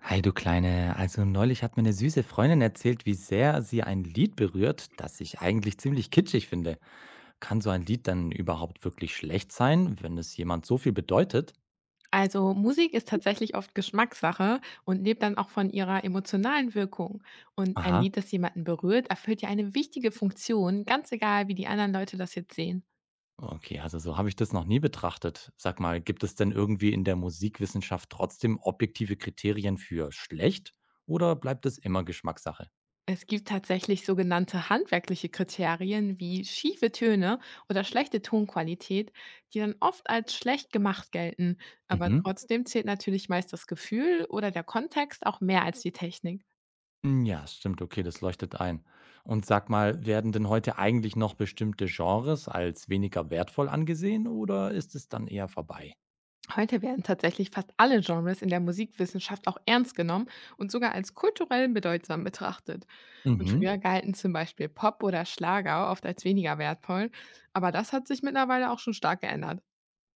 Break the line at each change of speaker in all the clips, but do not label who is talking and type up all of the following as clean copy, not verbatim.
Hi, du Kleine. Also neulich hat mir eine süße Freundin erzählt, wie sehr sie ein Lied berührt, das ich eigentlich ziemlich kitschig finde. Kann so ein Lied dann überhaupt wirklich schlecht sein, wenn es jemand so viel bedeutet?
Also Musik ist tatsächlich oft Geschmackssache und lebt dann auch von ihrer emotionalen Wirkung. Und ein
Aha,
Lied, das jemanden berührt, erfüllt ja eine wichtige Funktion, ganz egal, wie die anderen Leute das jetzt sehen.
okay, also so habe ich das noch nie betrachtet. Sag mal, gibt es denn irgendwie in der Musikwissenschaft trotzdem objektive Kriterien für schlecht oder bleibt es immer Geschmackssache?
Es gibt tatsächlich sogenannte handwerkliche Kriterien wie schiefe Töne oder schlechte Tonqualität, die dann oft als schlecht gemacht gelten. Aber
Mhm.
trotzdem zählt natürlich meist das Gefühl oder der Kontext auch mehr als die Technik.
Hm, ja, stimmt, okay, das leuchtet ein. Und sag mal, werden denn heute eigentlich noch bestimmte Genres als weniger wertvoll angesehen oder ist es dann eher vorbei?
Heute werden tatsächlich fast alle Genres in der Musikwissenschaft auch ernst genommen und sogar als kulturell bedeutsam betrachtet. Und
Mhm.
früher galten zum Beispiel Pop oder Schlager oft als weniger wertvoll, aber das hat sich mittlerweile auch schon stark geändert.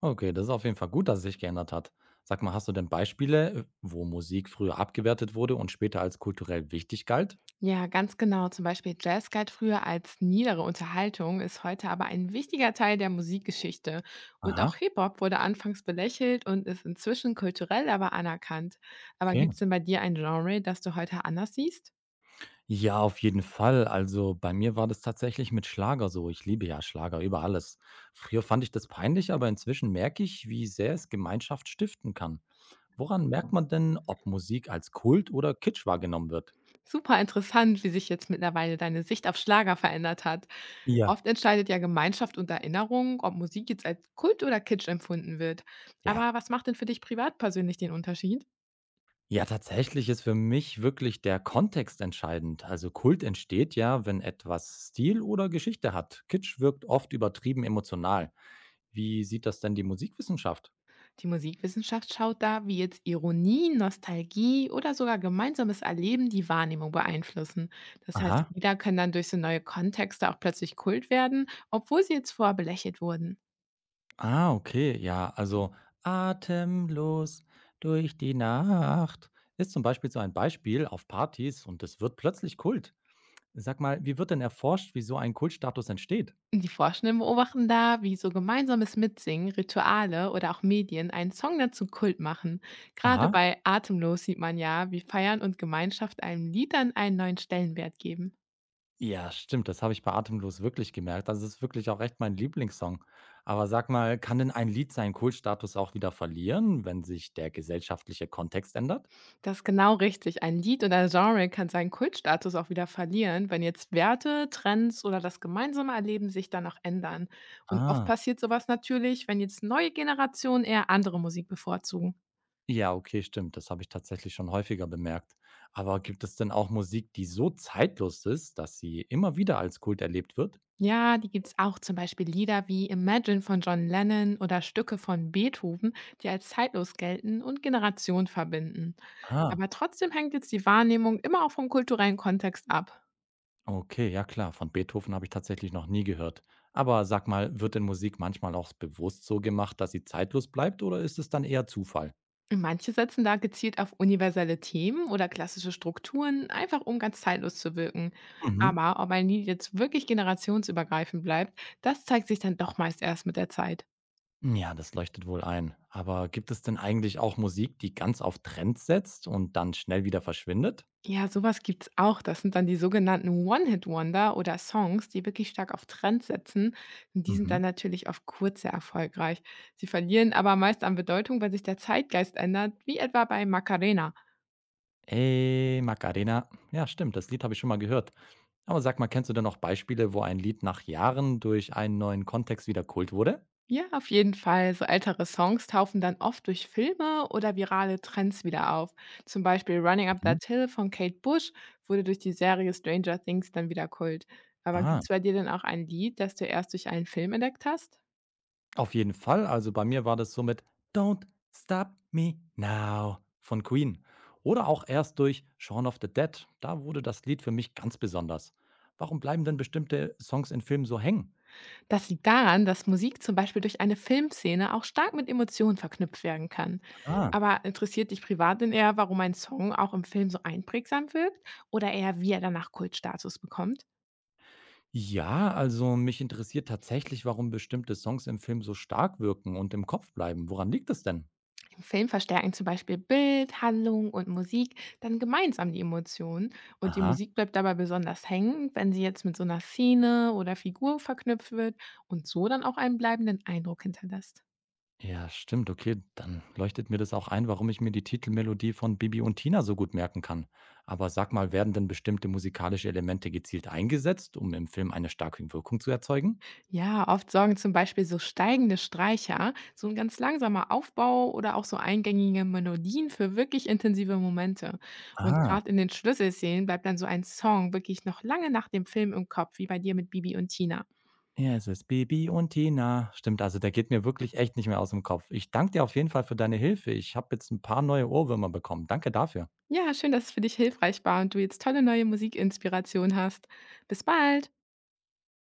Okay, das ist auf jeden Fall gut, dass es sich geändert hat. Sag mal, hast du denn Beispiele, wo Musik früher abgewertet wurde und später als kulturell wichtig galt?
Ja, ganz genau. Zum Beispiel Jazz galt früher als niedere Unterhaltung, ist heute aber ein wichtiger Teil der Musikgeschichte. Und auch
Aha,
Hip-Hop wurde anfangs belächelt und ist inzwischen kulturell aber anerkannt. Aber
okay.
gibt es denn bei dir ein Genre, das du heute anders siehst?
Ja, auf jeden Fall. Also, bei mir war das tatsächlich mit Schlager so. Ich liebe ja Schlager über alles. Früher fand ich das peinlich, aber inzwischen merke ich, wie sehr es Gemeinschaft stiften kann. Woran merkt man denn, ob Musik als Kult oder Kitsch wahrgenommen wird?
Super interessant, wie sich jetzt mittlerweile deine Sicht auf Schlager verändert hat.
Ja.
Oft entscheidet ja Gemeinschaft und Erinnerung, ob Musik jetzt als Kult oder Kitsch empfunden wird.
Ja.
Aber was macht denn für dich privat persönlich den Unterschied?
Ja, tatsächlich ist für mich wirklich der Kontext entscheidend. Also Kult entsteht ja, wenn etwas Stil oder Geschichte hat. Kitsch wirkt oft übertrieben emotional. Wie sieht das denn die Musikwissenschaft?
Die Musikwissenschaft schaut da, wie jetzt Ironie, Nostalgie oder sogar gemeinsames Erleben die Wahrnehmung beeinflussen. Das heißt,
Aha.
Lieder können dann durch so neue Kontexte auch plötzlich Kult werden, obwohl sie jetzt vorher belächelt wurden.
Ah, okay, ja, also atemlos durch die Nacht ist zum Beispiel so ein Beispiel auf Partys und es wird plötzlich Kult. Sag mal, wie wird denn erforscht, wie so ein Kultstatus entsteht?
Die Forschenden beobachten da, wie so gemeinsames Mitsingen, Rituale oder auch Medien einen Song dazu Kult machen. Gerade
Aha.
bei Atemlos sieht man ja, wie Feiern und Gemeinschaft einem Lied dann einen neuen Stellenwert geben.
Ja, stimmt, das habe ich bei Atemlos wirklich gemerkt. Das ist wirklich auch echt mein Lieblingssong. Aber sag mal, kann denn ein Lied seinen Kultstatus auch wieder verlieren, wenn sich der gesellschaftliche Kontext ändert?
Das ist genau richtig. Ein Lied oder Genre kann seinen Kultstatus auch wieder verlieren, wenn jetzt Werte, Trends oder das gemeinsame Erleben sich dann auch ändern. Und oft
Ah.
passiert sowas natürlich, wenn jetzt neue Generationen eher andere Musik bevorzugen.
Ja, okay, stimmt. Das habe ich tatsächlich schon häufiger bemerkt. Aber gibt es denn auch Musik, die so zeitlos ist, dass sie immer wieder als Kult erlebt wird?
Ja, die gibt's auch, zum Beispiel Lieder wie Imagine von John Lennon oder Stücke von Beethoven, die als zeitlos gelten und Generationen verbinden.
Ah,
Aber trotzdem hängt jetzt die Wahrnehmung immer auch vom kulturellen Kontext ab.
okay, ja klar. Von Beethoven habe ich tatsächlich noch nie gehört. Aber sag mal, wird denn Musik manchmal auch bewusst so gemacht, dass sie zeitlos bleibt oder ist es dann eher Zufall?
Und manche setzen da gezielt auf universelle Themen oder klassische Strukturen, einfach um ganz zeitlos zu wirken.
Mhm.
Aber ob ein Lied jetzt wirklich generationsübergreifend bleibt, das zeigt sich dann doch meist erst mit der Zeit.
Ja, das leuchtet wohl ein. Aber gibt es denn eigentlich auch Musik, die ganz auf Trends setzt und dann schnell wieder verschwindet?
Ja, sowas gibt's auch. Das sind dann die sogenannten One-Hit-Wonder oder Songs, die wirklich stark auf Trends setzen. Und die sind
Mhm.
dann natürlich auf Kurz sehr erfolgreich. Sie verlieren aber meist an Bedeutung, wenn sich der Zeitgeist ändert, wie etwa bei Macarena.
Ey, Macarena. Ja, stimmt, das Lied habe ich schon mal gehört. Aber sag mal, kennst du denn noch Beispiele, wo ein Lied nach Jahren durch einen neuen Kontext wieder Kult wurde?
Ja, auf jeden Fall. So ältere Songs taufen dann oft durch Filme oder virale Trends wieder auf. Zum Beispiel Running Up
Mhm.
That Hill von Kate Bush wurde durch die Serie Stranger Things dann wieder Kult. Aber
Ah,
gibt's bei dir denn auch ein Lied, das du erst durch einen Film entdeckt hast?
auf jeden Fall. Also bei mir war das so mit Don't Stop Me Now von Queen. Oder auch erst durch Shaun of the Dead. Da wurde das Lied für mich ganz besonders. Warum bleiben denn bestimmte Songs in Filmen so hängen?
Das liegt daran, dass Musik zum Beispiel durch eine Filmszene auch stark mit Emotionen verknüpft werden kann.
Ah.
Aber interessiert dich privat denn eher, warum ein Song auch im Film so einprägsam wirkt oder eher, wie er danach Kultstatus bekommt?
Ja, also mich interessiert tatsächlich, warum bestimmte Songs im Film so stark wirken und im Kopf bleiben. Woran liegt es denn?
Im Film verstärken zum Beispiel Bild, Handlung und Musik dann gemeinsam die Emotionen und die
Aha.
Musik bleibt dabei besonders hängen, wenn sie jetzt mit so einer Szene oder Figur verknüpft wird und so dann auch einen bleibenden Eindruck hinterlässt.
Ja, stimmt. Okay, dann leuchtet mir das auch ein, warum ich mir die Titelmelodie von Bibi und Tina so gut merken kann. Aber sag mal, werden denn bestimmte musikalische Elemente gezielt eingesetzt, um im Film eine starke Wirkung zu erzeugen?
Ja, oft sorgen zum Beispiel so steigende Streicher, so ein ganz langsamer Aufbau oder auch so eingängige Melodien für wirklich intensive Momente. Und
Ah,
gerade in den Schlüsselszenen bleibt dann so ein Song wirklich noch lange nach dem Film im Kopf, wie bei dir mit Bibi und Tina.
ja, es ist Bibi und Tina. Stimmt, also der geht mir wirklich echt nicht mehr aus dem Kopf. Ich danke dir auf jeden Fall für deine Hilfe. Ich habe jetzt ein paar neue Ohrwürmer bekommen. Danke dafür.
Ja, schön, dass es für dich hilfreich war und du jetzt tolle neue Musikinspiration hast. Bis bald!